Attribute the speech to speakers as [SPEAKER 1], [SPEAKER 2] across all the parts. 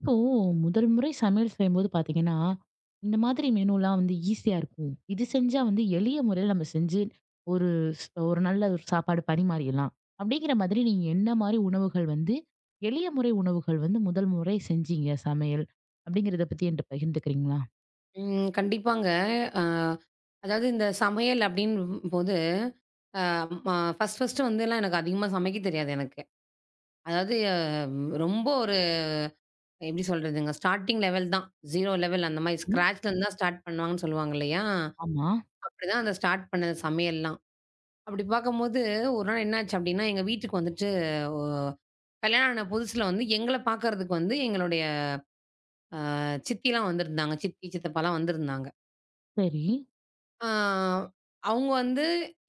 [SPEAKER 1] இப்போ முதல் முறை சமையல் செய்யும்போது பாத்தீங்கன்னா, இந்த மாதிரி மெனுலாம் வந்து ஈஸியா இருக்கும். இது செஞ்சா வந்து எளிய முறையில நம்ம செஞ்சு ஒரு ஒரு நல்ல ஒரு சாப்பாடு பரிமாறிடலாம். அப்படிங்கிற மாதிரி நீங்க என்ன மாரி உணவுகள் வந்து எளிய முறை உணவுகள் வந்து முதல் முறை செஞ்சீங்க சமையல்? அப்படிங்கிறத பத்தி என்ட்ட பகிர்ந்துக்கிறீங்களா?
[SPEAKER 2] ம். கண்டிப்பாங்க. அ அதாவது இந்த சமையல் அப்படின்போது, அ ம ஃபர்ஸ்ட் வந்துலாம் எனக்கு அதிகமா சமைக்க தெரியாது எனக்கு. அதாவது ரொம்ப ஒரு எப்படி சொல்றதுங்க, ஸ்டார்ட்டிங் லெவல் தான். 0 லெவல் அந்த மாரி
[SPEAKER 1] ம்.
[SPEAKER 2] ஸ்க்ராட்ச்லேருந்து தான் ஸ்டார்ட் பண்ணுவாங்கன்னு சொல்லுவாங்க இல்லையா?
[SPEAKER 1] ஆமா.
[SPEAKER 2] அப்படிதான் அந்த ஸ்டார்ட் பண்ணது சமையல்லாம். அப்படி பார்க்கும்போது ஒரு நாள் என்னாச்சு அப்படின்னா, எங்க வீட்டுக்கு வந்துட்டு ஒ கல்யாணம் ஆன புதுசுல வந்து எங்கள பார்க்கறதுக்கு வந்து எங்களுடைய சித்திலாம் வந்திருந்தாங்க. சித்தி, சித்தப்பாலாம் வந்திருந்தாங்க.
[SPEAKER 1] சரி,
[SPEAKER 2] ஆ அவங்க வந்து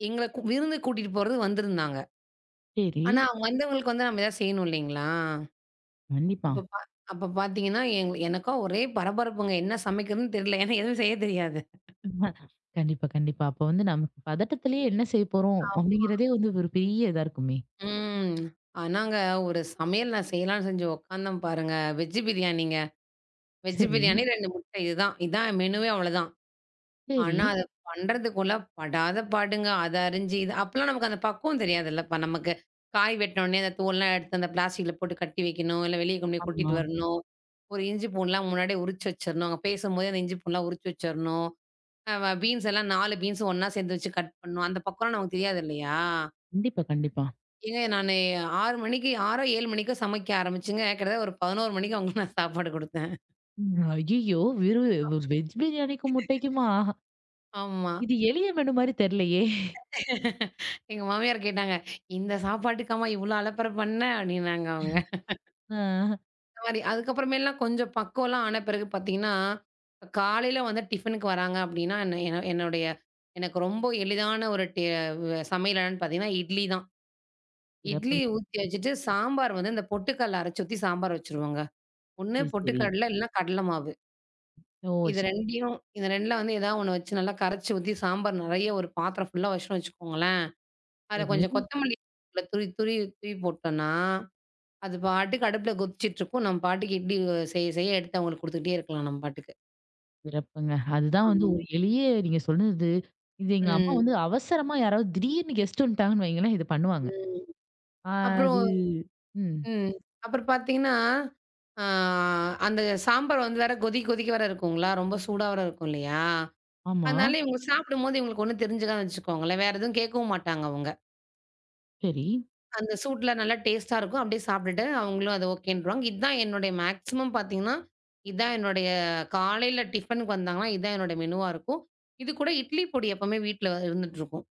[SPEAKER 2] எங்கள விருந்துக்கு கூட்டிட்டு போறது வந்திருந்தாங்க.
[SPEAKER 1] சரி.
[SPEAKER 2] ஆனா, அவங்க வந்தவங்களுக்கு வந்து நம்ம ஏதாவது செய்யணும் இல்லைங்களா?
[SPEAKER 1] கண்டிப்பா.
[SPEAKER 2] அப்ப பா அப்ப பார்த்தீங்கன்னா, எனக்கா ஒரே பரபரப்புங்க. என்ன சமைக்கிறதுன்னு தெரியல. ஏன்னா எதுவும் செய்ய தெரியாது.
[SPEAKER 1] ஆமா, கண்டிப்பா, கண்டிப்பா. அப்ப வந்து நமக்கு பதட்டத்திலேயே என்ன செய்ய போறோம்?
[SPEAKER 2] ஆம்.
[SPEAKER 1] அப்படிங்கிறதே வந்து ஒரு பெரிய இதா இருக்குமே.
[SPEAKER 2] ம். ஆனாங்க ஒரு சமையல் நான் செய்யலாம்ன்னு செஞ்சு உட்காந்தேன் பாருங்க. வெஜ் பிரியாணிங்க. வெஜ்
[SPEAKER 1] சரி,
[SPEAKER 2] பிரியாணி 2 முட்டை இதுதான். இதான் மெனுவே அவ்வளதான்.
[SPEAKER 1] சரி.
[SPEAKER 2] ஆனா, அத பண்றதுக்குள்ள படாத பாடுங்க. அத அரிஞ்சு இது அப்பலாம் நமக்கு அந்த பக்குவம் தெரியாதுல்லப்பா நமக்கு. காய் வெட்டினோனே அந்த தோல்லாம் எடுத்து அந்த பிளாஸ்டிக்ல போட்டு கட்டி வைக்கணும். இல்ல வெளிய கொண்டு போய்
[SPEAKER 1] ஆமா.
[SPEAKER 2] கொட்டிட்டு வரணும். ஒரு இஞ்சி பூண்டுலாம் முன்னாடியே உரிச்சு வச்சிரணும். அங்க பேசும்போதே அந்த இஞ்சி பூண்டுலாம் உரிச்சு வச்சிரணும். அ வ பீன்ஸ் எல்லாம் 4 பீன்ஸும் ஒண்ணா சேர்ந்து வச்சு கட் பண்ணணும். அந்த பக்குவம்லாம் நமக்கு தெரியாது இல்லையா?
[SPEAKER 1] கண்டிப்பா, கண்டிப்பா.
[SPEAKER 2] ஏங்க நானு 6 மணிக்கு 6ஓ 7 மணிக்கோ சமைக்க ஆரம்பிச்சுங்க. கிட்டத்தட்ட ஒரு 11 மணிக்கு அவங்களுக்கு நான் சாப்பாடு குடுத்தேன்.
[SPEAKER 1] ம். ஐயய்யோ! வெறும் வெஜ் பிரியாணிக்கும், முட்டைக்குமா?
[SPEAKER 2] ஆமா.
[SPEAKER 1] இது எளிய மெனு மாரி தெர்லையே!
[SPEAKER 2] எங்க மாமியார் கேட்டாங்க, "இந்த சாப்பாட்டுக்காம்மா இவ்ளோ அலப்பற பண்ண?" அப்டின்னாங்க அவங்க.
[SPEAKER 1] ஆ.
[SPEAKER 2] அந்த மாரி அதுக்கப்புறமேலாம் கொஞ்சம் பக்குவம்லாம் ஆன பிறகு பார்த்தீங்கன்னா, காலையில வந்து டிஃபனுக்கு வராங்க அப்டின்னா, என்ன என்ன என்னுடைய எனக்கு ரொம்ப எளிதான ஒரு டே வ சமையல் என்னன்னு பார்த்தீங்கன்னா, இட்லி தான். இட்லி
[SPEAKER 1] சிறப்புங்க.
[SPEAKER 2] ஊத்தி வச்சுட்டு சாம்பார் வந்து இந்த பொட்டுக்கல்ல அரைச்சு ஊத்தி சாம்பார் வச்சுருவோங்க. ஒண்ணு
[SPEAKER 1] சரி, சரி.
[SPEAKER 2] பொட்டுக்கடல இல்லன்னா கடல மாவு.
[SPEAKER 1] ஓ!
[SPEAKER 2] இது
[SPEAKER 1] சரி,
[SPEAKER 2] 2யும் இது 2ல வந்து ஏதாவது ஒண்ணு வச்சு நல்லா கரைச்சு ஊத்தி சாம்பார் நெறைய ஒரு பாத்திரம் ஃபுல்லா வச்சுட்டோம்னு வச்சுக்கோங்களேன் அத
[SPEAKER 1] சரி.
[SPEAKER 2] கொஞ்சம் கொத்தமல்லி துருவி துருவி தூவி போட்டோம்னா, அது பாட்டுக்கு அடுப்புல கொதிச்சிட்டு இருக்கும். நம்ம பாட்டுக்கு இட்லி செய்ய செய்ய எடுத்து அவங்களுக்கு குடுத்துக்கிட்டே இருக்கலாம் நம்ம பாட்டுக்கு.
[SPEAKER 1] சிறப்புங்க. அதுதான் வந்து
[SPEAKER 2] ஆமா.
[SPEAKER 1] ஒரு எளிய நீங்க சொன்னது. இது எங்க அம்மா
[SPEAKER 2] ம்,
[SPEAKER 1] வந்து அவசரமா யாராவது திடீர்னு கெஸ்ட் வந்துட்டாங்கன்னு வைங்களேன், இது பண்ணுவாங்க.
[SPEAKER 2] ம். அப்புறம்
[SPEAKER 1] அது ம்.
[SPEAKER 2] ம். அப்புறம் பார்த்தீங்கன்னா, ஆ அந்த சாம்பார் வந்து வேற கொதிக்க கொதிக்க வேற இருக்குங்களா, ரொம்ப சூடா வேற இருக்கும் இல்லையா?
[SPEAKER 1] ஆமா.
[SPEAKER 2] அதனால இவங்க சாப்பிடும்போது இவங்களுக்கு ஒண்ணும் தெரிஞ்சுக்காதுன்னு வச்சுக்கோங்களேன். வேற எதுவும் கேட்கவும் மாட்டாங்க அவங்க.
[SPEAKER 1] சரி.
[SPEAKER 2] அந்த சூட்ல நல்லா டேஸ்ட்டா இருக்கும். அப்படியே சாப்பிட்டுட்டு அவங்களும் அது ஓகேன்ருவாங்க. இதான் என்னுடைய காலையில டிஃபனுக்கு வந்தாங்கன்னா, இதான் என்னோட மெனுவா இருக்கும். இது கூட இட்லி பொடி எப்பவுமே வீட்ல இருந்துட்டுருக்கும்.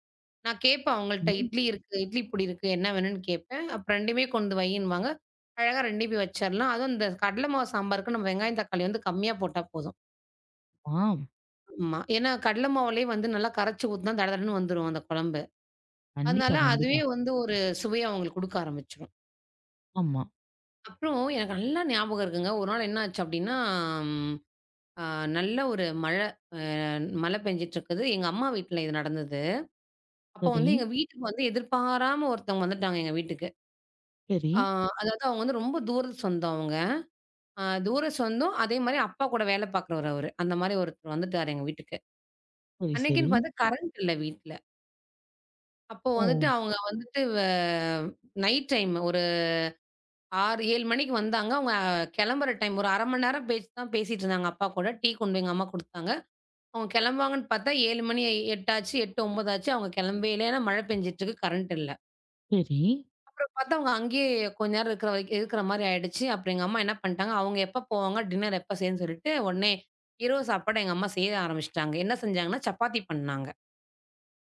[SPEAKER 2] நான் கேட்பேன் அவங்கள்ட்ட
[SPEAKER 1] சரி.
[SPEAKER 2] இட்லி இருக்கு, இட்லி பொடி இருக்கு, என்ன வேணும்னு கேட்பேன். அப்ப 2மே கொண்டு வையின்னுவாங்க. அழகா 2யும் வச்சிரலாம். அதுவும் இந்த கடல மாவு சாம்பாருக்கு நம்ம வெங்காயம், தக்காளி வந்து கம்மியா போட்டா போதும்.
[SPEAKER 1] ஆ.
[SPEAKER 2] ஆமா. ஏன்னா கடல மாவுலயே வந்து நல்லா கரைச்சு ஊத்துனா தடதடன்னு வந்துரும் அந்த குழம்பு. அதனால
[SPEAKER 1] கண்டிப்பா,
[SPEAKER 2] அதுவே
[SPEAKER 1] கண்டிப்பா.
[SPEAKER 2] வந்து ஒரு சுவைய அவங்களுக்கு குடுக்க ஆரம்பிச்சுரும்.
[SPEAKER 1] ஆமா.
[SPEAKER 2] அப்புறம் எனக்கு நல்லா ஞாபகம் இருக்குங்க. ஒரு நாள் என்ன ஆச்சு அப்டின்னா, ம் அ நல்ல ஒரு மழை மழை பெஞ்சுட்ருக்குது. எங்க அம்மா வீட்ல இது நடந்தது. அப்போ
[SPEAKER 1] சரி,
[SPEAKER 2] வந்து எங்க வீட்டுக்கு வந்து எதிர்பாராம ஒருத்தவங்க வந்துட்டாங்க எங்க வீட்டுக்கு.
[SPEAKER 1] சரி,
[SPEAKER 2] ஆ அதாவது அவங்க வந்து ரொம்ப தூர சொந்தம் அவங்க. தூர சொந்தம் அதே மாரி அப்பா கூட வேலை பார்க்குறவரு அவரு. அந்த மாரி ஒருத்தர் வந்துட்டாரு எங்க வீட்டுக்கு.
[SPEAKER 1] சரி, சரி.
[SPEAKER 2] அன்னைக்குன்னு பாத்து கரண்ட் இல்ல வீட்ல. அப்போ
[SPEAKER 1] ஓ!
[SPEAKER 2] வந்துட்டு அவங்க வந்துட்டு வ நைட் டைம் ஒரு 6, 7 மணிக்கு வந்தாங்க. அவங்க கெளம்புற டைம் ஒரு 1/2 மணி நேரம் பேச்சு தான் பேசிட்டு இருந்தாங்க அப்பா கூட. டீ கொண்டு எங்க அம்மா குடுத்தாங்க. அவங்க கிளம்புவாங்கன்னு பார்த்தா 7 மணி 8 ஆச்சு, 8, 9 ஆச்சு. அவங்க கெளம்பவே இல்ல. ஏன்னா மழை பெஞ்சுட்டுருக்கு, கரண்ட் இல்ல.
[SPEAKER 1] சரி,
[SPEAKER 2] அப்புறம் பார்த்தா அவங்க அங்கேயே கொஞ்ச நேரம் இருக்கிற வரைக்கும் இருக்கிற மாரி ஆயிடுச்சு. அப்புறம் எங்க அம்மா என்ன பண்ணிட்டாங்க, அவங்க எப்ப போவாங்க, டின்னர் எப்ப செய்யணும்னு சொல்லிட்டு, உடனே இரவு சாப்பாட எங்க அம்மா செய்ய ஆரம்பிச்சுட்டாங்க. என்ன செஞ்சாங்கன்னா, சப்பாத்தி பண்ணாங்க.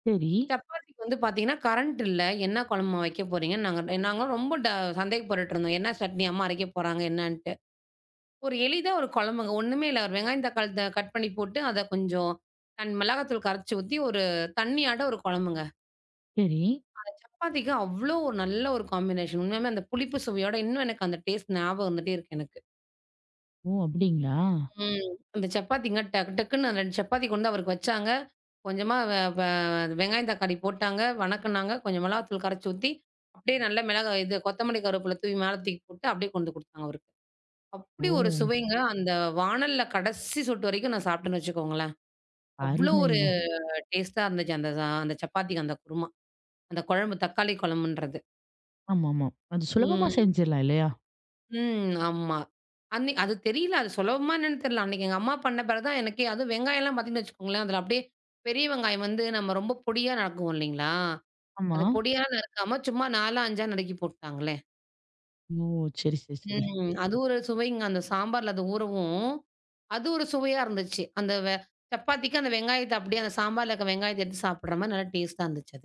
[SPEAKER 1] சரி,
[SPEAKER 2] சப்பாத்திக்கு வந்து பார்த்தீங்கன்னா, கரண்ட் இல்ல. என்ன குழம்பு வைக்க போறீங்கன்னு நாங்களும் ரொம்ப ட சந்தேகப்பட்டுட்டு இருந்தோம். என்ன சட்னி அம்மா அரைக்க போறாங்க, என்னன்ட்டு. ஒரு எளிதா ஒரு குழம்புங்க. ஒண்ணுமே இல்ல. ஒரு வெங்காயம், தக்காளி கட் பண்ணி போட்டு, அத கொஞ்சம் மிளகாத்தூள் கரைச்சு ஊத்தி, ஒரு தண்ணியாட்ட ஒரு குழம்புங்க.
[SPEAKER 1] சரி.
[SPEAKER 2] அந்த சப்பாத்திக்கு அவ்ளோ ஒரு நல்ல ஒரு காம்பினேஷன். உண்மையாலுமே அந்த புளிப்பு சுவையோட இன்னும் எனக்கு அந்த டேஸ்ட் ஞாபகம் வந்துட்டே இருக்கு எனக்கு.
[SPEAKER 1] ஓ! அப்படிங்களா?
[SPEAKER 2] ம். அந்த சப்பாத்திங்க டக்கு டக்குன்னு 2 சப்பாத்தி கொண்டு அவருக்கு வச்சாங்க. கொஞ்சமா வ வ வெங்காயம், தக்காளி போட்டாங்க, வணக்குனாங்க. கொஞ்சம் மிளகாத்தூள் கரைச்சு ஊத்தி, அப்படியே நல்ல மிளகா இது கொத்தமல்லி கருவேப்பில தூவி மேல தூக்கி போட்டு, அப்படியே கொண்டு குடுத்தாங்க அவருக்கு. அப்படி ஒரு
[SPEAKER 1] ஓ!
[SPEAKER 2] சுவைங்க. அந்த வாணல்ல கடைசி சொட்டு வரைக்கும் நான் சாப்பிட்டேன்னு வச்சுக்கோங்களேன். அவ்ளோ ஒரு
[SPEAKER 1] அருமைங்க.
[SPEAKER 2] டேஸ்ட்டா இருந்துச்சு அந்த சப்பாத்திக்கு அந்த குருமா. அந்த குழம்பு தக்காளி குழம்புன்றது.
[SPEAKER 1] ஆமாமா. அது சுலபமா
[SPEAKER 2] ம்.
[SPEAKER 1] செஞ்சிடலாம் இல்லையா?
[SPEAKER 2] ம். ஆமா. அன்னை அது தெரியல. அது சுலபமா என்னன்னு தெரியல. அன்னைக்கு எங்க அம்மா பண்ண பிறகு தான் எனக்கே அதுவும் வெங்காயம்லாம் பார்த்தீங்கன்னு வச்சுக்கோங்களேன், அதில அப்படியே பெரிய வெங்காயம் வந்து நம்ம ரொம்ப பொடியா நறுக்குவோம் இல்லைங்களா?
[SPEAKER 1] ஆமா.
[SPEAKER 2] அது பொடியா நறுக்காம சும்மா 4, 5ஆ நறுக்கி போட்டாங்களே.
[SPEAKER 1] ஓ! சரி, சரி, சரி.
[SPEAKER 2] ம். அது ஒரு சுவைங்க. அந்த சாம்பார்ல அது ஊறவும், அது ஒரு சுவையா இருந்துச்சு. அந்த வெ சப்பாத்திக்கு அந்த வெங்காயத்த அப்படியே அந்த சாம்பார்ல இருக்க வெங்காயத்த எடுத்து சாப்பிடுற மாரி நல்லா டேஸ்ட்டா இருந்துச்சு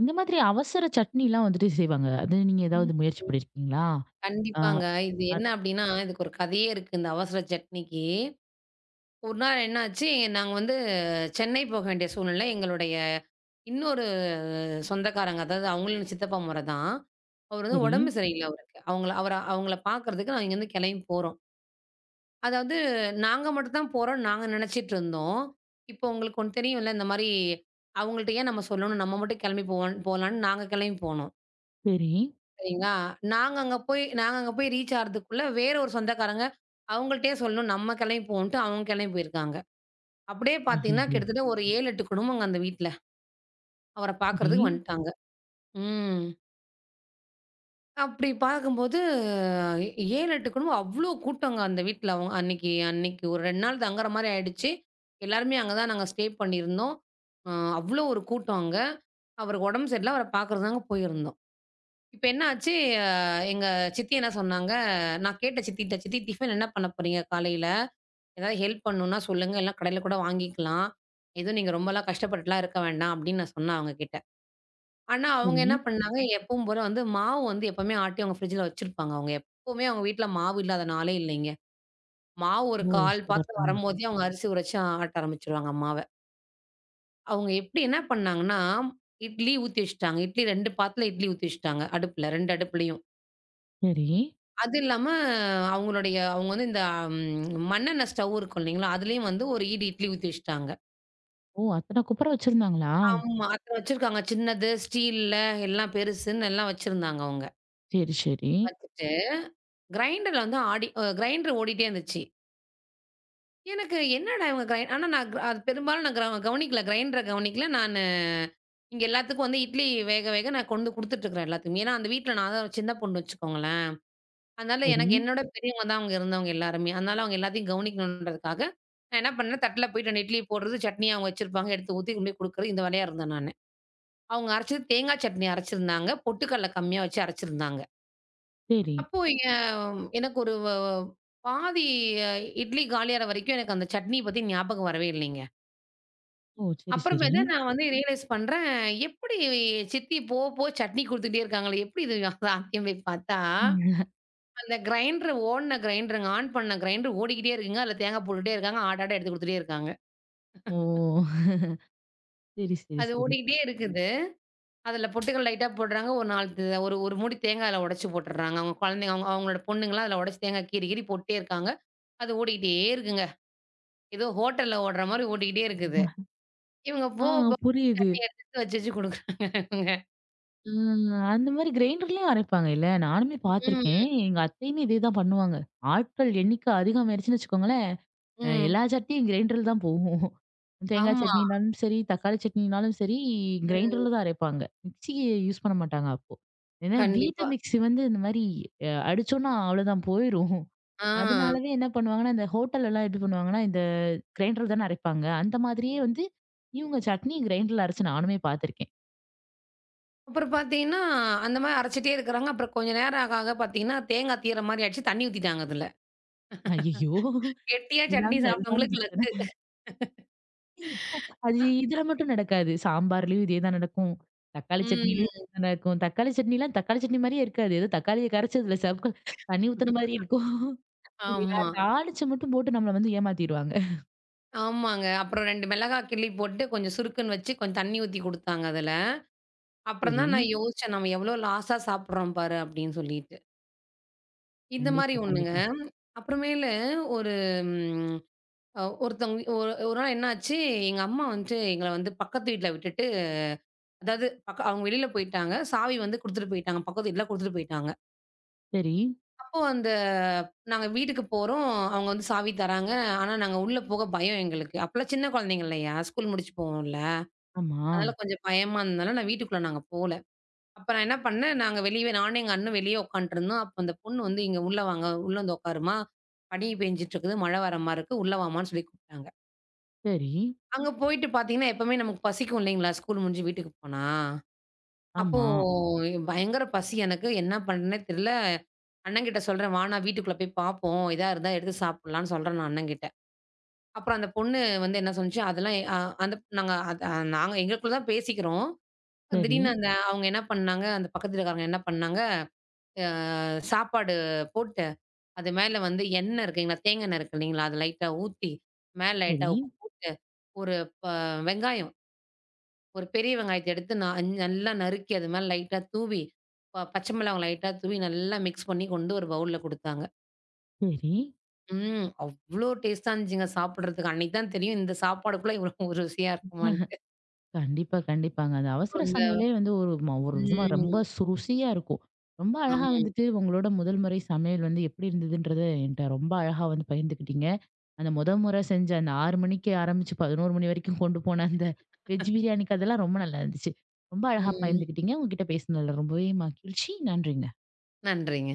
[SPEAKER 1] இந்த மாதிரி அவசர சட்னிலாம் வந்துட்டு செய்வாங்க. அது நீங்க
[SPEAKER 2] அது.
[SPEAKER 1] ஏதாவது முயற்சி பண்ணியிருக்கீங்களா? ஆ
[SPEAKER 2] கண்டிப்பாங்க. இது
[SPEAKER 1] அ
[SPEAKER 2] என்ன அப்டின்னா, இதுக்கு ஒரு கதையே இருக்கு இந்த அவசர சட்னிக்கு. ஒரு நாள் என்னாச்சு, நாங்க வந்து சென்னை போக வேண்டிய சூழ்நிலை. எங்களுடைய இன்னொரு சொந்தக்காரங்க, அதாவது அவங்களும் சித்தப்பா முற தான். அவரு வந்து
[SPEAKER 1] சரி,
[SPEAKER 2] உடம்பு சரியில்ல அவருக்கு. அவங்கள பார்க்கறதுக்கு நாங்க இங்கேருந்து கிளம்பி போறோம். அதாவது நாங்க மட்டும் தான் போறோம்னு நாங்க நினைச்சிட்டு இருந்தோம். இப்போ உங்களுக்கு ஒண்ணு தெரியும்ல, இந்த மாரி அவங்கள்ட்ட ஏன் நம்ம சொல்லணும்? நம்ம மட்டும் கிளம்பி போவோன் போலான்னு நாங்க கிளம்பி போனோம்.
[SPEAKER 1] சரி.
[SPEAKER 2] சரிங்களா? நாங்க அங்க போய் ரீச் ஆறதுக்குள்ள வேற ஒரு சொந்தக்காரங்க, அவங்கள்ட்டயே சொல்லணும் நம்ம கெளம்பி போவோன்ட்டு அவங்க கெளம்பி போயிருக்காங்க. அப்படியே பாத்தீங்கன்னா,
[SPEAKER 1] ஐய்யய்யோ!
[SPEAKER 2] கிட்டத்தட்ட ஒரு 7, 8 குடும்பங்க அந்த வீட்ல. அவர
[SPEAKER 1] சரி,
[SPEAKER 2] பாக்குறதுக்கு வந்துட்டாங்க. ம். அப்படி பார்க்கும்போது 7, 8 குடும்பம் அவ்ளோ கூட்டங்க அந்த வீட்ல. அவங்க அன்னைக்கு அன்னைக்கு ஒரு 2 நாள் தங்குற மாரி ஆயிடுச்சு. எல்லாருமே அங்க தான் நாங்க ஸ்டே பண்ணியிருந்தோம். அ அவ்ளோ ஒரு கூட்டம் அங்க. அவருக்கு உடம்பு சரியில்ல. அவர பாக்குறதுக்காக போயிருந்தோம். இப்ப என்ன ஆச்சு, அ எங்க சித்தி என்ன சொன்னாங்க, நான் கேட்டேன் சித்திட்ட, "சித்தி டிஃபன் என்ன பண்ண போறீங்க காலையில? ஏதாவது ஹெல்ப் பண்ணும்னா சொல்லுங்க, இல்ல கடையில கூட வாங்கிக்கலாம். எதுவும் நீங்க ரொம்பலாம் கஷ்டப்பட்டுலாம் இருக்க வேண்டாம்." அப்படின்னு நான் சொன்னேன் அவங்ககிட்ட. ஆனா அவங்க என்ன
[SPEAKER 1] சரி.
[SPEAKER 2] பண்ணாங்க, எப்பவும் போல வந்து மாவு வந்து எப்பவுமே ஆட்டி அவங்க ஃப்ரிட்ஜ்ல வச்சிருப்பாங்க. அவங்க எப்பவுமே அவங்க வீட்ல மாவு இல்லாத நாளே இல்லைங்க. மாவு ஒரு
[SPEAKER 1] ஓ!
[SPEAKER 2] கால் பாத்திரம்
[SPEAKER 1] சிறப்புங்க.
[SPEAKER 2] வரும்போதே அவங்க அரிசி உரைச்சு ஆட்ட ஆரம்பிச்சுருவாங்க மாவ. அவங்க எப்படி என்ன பண்ணாங்கன்னா, இட்லி ஊத்தி வச்சுட்டாங்க. இட்லி 2 பாத்துல இட்லி ஊத்தி வச்சுட்டாங்க அடுப்புல, 2 அடுப்புலயும்.
[SPEAKER 1] சரி.
[SPEAKER 2] அது இல்லாம அவங்க வந்து இந்த மண்ணெண்ணெய் ஸ்டவ் இருக்கும் இல்லைங்களா? அதுலயும் வந்து ஒரு ஈடு இட்லி ஊத்தி வச்சுட்டாங்க.
[SPEAKER 1] ஓ! அத்தன குப்புற வச்சிருந்தாங்களா?
[SPEAKER 2] ஆமா. அதுல வச்சிருக்காங்க. சின்னது, ஸ்டீல்ல எல்லாம் பெருசுன்னு எல்லாம் வச்சிருந்தாங்க அவங்க.
[SPEAKER 1] சரி, சரி.
[SPEAKER 2] வச்சுட்டு கிரைண்டர்ல வந்து ஆடி அ கிரைண்டர் ஓடிட்டே இருந்துச்சு. எனக்கு என்னடா இவங்க கிரை ஆனா நான் க் அது பெரும்பாலும் நான் கிரவ கவனிக்கல. கிரைண்டர கவனிக்கல. இங்க எல்லாத்துக்கும் வந்து இட்லி வேக வேக நான் கொண்டு குடுத்துட்டுருக்கிறேன் எல்லாத்துக்குமே. ஏன்னா அந்த வீட்ல நான் தான் சின்ன பொண்ணு வச்சுக்கோங்களேன். அதனால
[SPEAKER 1] சரி,
[SPEAKER 2] எனக்கு என்னோட பெரியவங்க தான் அவங்க இருந்தவங்க எல்லாருமே. அதனால அவங்க எல்லாத்தையும் கவனிக்கணுன்றதுக்காக, நான் என்ன பண்ணேன், தட்டுல போயிட்டு 2 இட்லி போடுறது, சட்னி அவங்க வச்சிருப்பாங்க. எடுத்து ஊத்தி கொண்டு போய் குடுக்குறது. இந்த வேலையா இருந்தேன் நானு. அவங்க அரைச்சது தேங்கா சட்னி அரைச்சிருந்தாங்க. பொட்டுக்கடல கம்மியா வச்சு அரைச்சிருந்தாங்க.
[SPEAKER 1] சரி.
[SPEAKER 2] அப்போ எ எனக்கு ஒரு வ பாதி இட்லி காலியாற வரைக்கும் எனக்கு அந்த சட்னி பத்தி ஞாபகம் வரவே இல்லைங்க.
[SPEAKER 1] ஓ! சரி,
[SPEAKER 2] அப்புறமே
[SPEAKER 1] சரி.
[SPEAKER 2] தான் நான் வந்து ரியலைஸ் பண்றேன், எப்படி சித்தி போக போக சட்னி குடுத்துட்டே இருக்காங்களே, எப்படி இது சாத்தியம் போய் பார்த்தா
[SPEAKER 1] ம்.
[SPEAKER 2] அந்த கிரைண்டர் ஓடுன கிரைண்டருங்க. ஆன் பண்ண கிரைண்டர் ஓடிக்கிட்டே இருக்குங்க. அதுல தேங்காய் போட்டுட்டே இருக்காங்க. ஆடாட எடுத்து குடுத்துட்டே இருக்காங்க.
[SPEAKER 1] ஓ! சரி, சரி,
[SPEAKER 2] அது
[SPEAKER 1] சரி.
[SPEAKER 2] ஓடிக்கிட்டே இருக்குது. அதுல பொட்டுக்கல்ல லைட்டா போடுறாங்க. ஒரு 4 த ஒரு ஒரு மூடி தேங்காய் அதுல உடைச்சு போட்டுடுறாங்க. அவங்க குழந்தைங்க அவங்க அவங்களோட பொண்ணுங்கலாம் அதுல உடைச்சு தேங்காய் கீறி போட்டுட்டே இருக்காங்க. அது ஓடிக்கிட்டே இருக்குங்க. ஏதோ ஹோட்டல்ல ஓடுற மாரி ஓடிக்கிட்டே இருக்குது. இவங்க
[SPEAKER 1] ஆ
[SPEAKER 2] போக, போக
[SPEAKER 1] புரியுது.
[SPEAKER 2] சட்டி எடுத்து வச்சு குடுக்குறாங்க இவங்க.
[SPEAKER 1] ம். அந்த மாரி கிரைண்டர்லயும் அரைப்பாங்க இல்ல? நானுமே பார்த்துருக்கேன்.
[SPEAKER 2] ம்.
[SPEAKER 1] எங்க அத்தையுமே இதே தான் பண்ணுவாங்க. ஆட்கள் எண்ணிக்கை அதிகமாயிருச்சுன்னு வச்சுக்கோங்களேன்,
[SPEAKER 2] ம்.
[SPEAKER 1] எல்லா சட்னியும் கிரைண்டர்ல தான் போகும். தேங்காய்
[SPEAKER 2] ஆமா.
[SPEAKER 1] சட்னினாலும் சரி, தக்காளி சட்னினாலும் சரி,
[SPEAKER 2] ம்.
[SPEAKER 1] கிரைண்டர்ல தான் அரைப்பாங்க. மிக்ஸி யூஸ் பண்ண மாட்டாங்க அப்போ. ஏன்னா வீட்டு
[SPEAKER 2] கண்டிப்பா.
[SPEAKER 1] மிக்ஸி வந்து இந்த மாரி அடிச்சோம்னா அவ்வளோதான் போயிரும்.
[SPEAKER 2] ஆ.
[SPEAKER 1] அதனாலவே என்ன பண்ணுவாங்கன்னா, இந்த ஹோட்டல்லலாம் எப்படி பண்ணுவாங்கன்னா, இந்த கிரைண்டர்ல தானே அரைப்பாங்க. அந்த மாதிரியே வந்து இவங்க சட்னி கிரைண்டர்ல அரைச்சு நானுமே பார்த்துருக்கேன்.
[SPEAKER 2] அப்புறம் பார்த்தீங்கன்னா, அந்த மாரி அரைச்சுட்டே இருக்கிறாங்க. அப்புறம் கொஞ்ச நேரம் ஆக, ஆக பார்த்தீங்கன்னா, தேங்காய் தீர மாரி ஆயிடுச்சு. தண்ணி ஊத்திட்டாங்க அதுல.
[SPEAKER 1] ஐயய்யோ!
[SPEAKER 2] கெட்டியா சட்னி
[SPEAKER 1] இதுதாங்க அதுதாங்க
[SPEAKER 2] சாப்பிட்டவங்களுக்கு
[SPEAKER 1] பிரச்சனை.
[SPEAKER 2] லக்கு.
[SPEAKER 1] அது
[SPEAKER 2] அ
[SPEAKER 1] இதுல மட்டும் நடக்காது. சாம்பார்லயும் இதே தான் நடக்கும். தக்காளி சட்னிலயும்
[SPEAKER 2] ம்.
[SPEAKER 1] இதே தான் நடக்கும். தக்காளி சட்னிலாம் தக்காளி சட்னி மாரியே இருக்காது. ஏதோ தக்காளிய கரைச்சு அதுல சவுக்க தண்ணி ஊத்துன மாரி இருக்கும். இல்லையா?
[SPEAKER 2] ஆமா.
[SPEAKER 1] தாளிச்சு மட்டும் போட்டு நம்மள வந்து ஏமாத்திருவாங்க.
[SPEAKER 2] ஆமாங்க. அப்புறம் 2 மிளகாய் கிள்ளி போட்டு, கொஞ்சம் சுருக்குன்னு வச்சு, கொஞ்சம் தண்ணி ஊத்தி குடுத்தாங்க அதுல. அப்புறம்
[SPEAKER 1] சரி.
[SPEAKER 2] தான் நான் யோசிச்சேன், நம்ம எவ்வளோ லாஸா சாப்பிடுறோம் பாரு அப்படின்னு சொல்லிட்டு. இந்த மாரி
[SPEAKER 1] கண்டிப்பா,
[SPEAKER 2] ஒண்ணுங்க.
[SPEAKER 1] கண்டிப்பா.
[SPEAKER 2] அப்புறமேலு ஒரு ம் அ ஒருத்தவங்க ஒரு ஒரு நாள் என்னாச்சு, எங்க அம்மா வந்துட்டு எங்கள வந்து பக்கத்து வீட்ல விட்டுட்டு, அதாவது அவங்க வெளியில போயிட்டாங்க. சாவி வந்து குடுத்துட்டு போயிட்டாங்க. பக்கத்து வீட்ல குடுத்துட்டு போயிட்டாங்க.
[SPEAKER 1] சரி.
[SPEAKER 2] அப்போ நாங்க வீட்டுக்கு போறோம். அவங்க வந்து சாவி தராங்க. ஆனா, நாங்க உள்ள போக பயம் எங்களுக்கு. அப்பலாம் சின்ன குழந்தைங்க இல்லையா? ஸ்கூல் முடிச்சு போவோம்ல.
[SPEAKER 1] ஆமா.
[SPEAKER 2] அதனால கொஞ்சம் பயமா இருந்தனால, வீட்டுக்குள்ள நாங்க போல. அப்ப நான் என்ன பண்ணேன், நாங்க வெளியவே நானும் எங்க அண்ணனும் வெளியே உட்காந்துட்டுருந்தோம். அப்ப அந்த பொண்ணு வந்து, "இங்க உள்ள வாங்க. உள்ள வந்து உட்காருமா. பனி பெஞ்சுட்டு இருக்குது. மழை வர மாரி இருக்கு. உள்ள வாம்மான்னு" சொல்லி கூப்பிட்டாங்க.
[SPEAKER 1] சரி.
[SPEAKER 2] அங்க போயிட்டு பார்த்தீங்கன்னா, எப்பவுமே நமக்கு பசிக்கும் இல்லைங்களா? ஸ்கூல் முடிஞ்சு வீட்டுக்கு போனா. அப்போ
[SPEAKER 1] ஆமா.
[SPEAKER 2] பயங்கர பசி எனக்கு. என்ன பண்ணேன்னே தெரியல. அண்ணங்கிட்ட சொல்றேன், "வாண்ணா வீட்டுக்குள்ள போய் பார்ப்போம். இதா இருந்தா எடுத்து சாப்பிடலாம்ன்னு" சொல்றேன் நான் அண்ணங்கிட்ட. அப்புறம் அந்த பொண்ணு வந்து என்ன சொன்னுச்சு, அதெல்லாம் எ- அ அந்த நாங்க நாங்க எங்களுக்குள்ள தான் பேசிக்கிறோம்.
[SPEAKER 1] சரி.
[SPEAKER 2] திடீர்னு அவங்க என்ன பண்ணாங்க, அந்த பக்கத்து வீட்டுக்காரங்க என்ன பண்ணாங்க, சாப்பாடு போட்டு, அது மேல வந்து எண்ணெய் இருக்குங்களா, தேங்காய் எண்ணெய் இருக்கு இல்லைங்களா, அது லைட்டா ஊத்தி, மேல லைட்டா
[SPEAKER 1] சரி.
[SPEAKER 2] உப்பு போட்டு, ஒரு ப வெங்காயம் ஒரு பெரிய வெங்காயத்த எடுத்து நல்லா நறுக்கி அது மேல லைட்டா தூவி, பச்சை மிளகாய் லைட்டா தூவி நல்லா மிக்ஸ் பண்ணி கொண்டு ஒரு பவுல்ல குடுத்தாங்க.
[SPEAKER 1] சரி.
[SPEAKER 2] ம். அவ்ளோ டேஸ்ட்டா இருந்துச்சுங்க சாப்பிடுறதுக்கு. அன்னைக்கு தான் தெரியும் இந்த சாப்பாடுக்குள்ள இவ்வளோ ருசியா இருக்குமான்ட்டு.
[SPEAKER 1] கண்டிப்பா, கண்டிப்பாங்க. அந்த அவசர
[SPEAKER 2] அந்த
[SPEAKER 1] சமையலே வந்து ஒரு விதமா ரொம்ப
[SPEAKER 2] ம்.
[SPEAKER 1] ருசியா இருக்கும். ரொம்ப அழகா
[SPEAKER 2] ஆமாங்க.
[SPEAKER 1] வந்துட்டு உங்களோட முதல் முறை சமையல் வந்து எப்படி இருந்ததுன்றத என்ட்ட ரொம்ப அழகா வந்து பகிர்ந்துக்கிட்டீங்க. அந்த மொத முறை செஞ்ச அந்த 6 மணிக்கு ஆரம்பிச்சு 11 மணி வரைக்கும் கொண்டு போன அந்த வெஜ் பிரியாணி கதெல்லாம் ரொம்ப நல்லா இருந்துச்சு. ரொம்ப அழகா
[SPEAKER 2] ம்.
[SPEAKER 1] பகிர்ந்துக்கிட்டீங்க. உங்ககிட்ட பேசினதுல ரொம்பவே மகிழ்ச்சி. நன்றிங்க.
[SPEAKER 2] நன்றிங்க.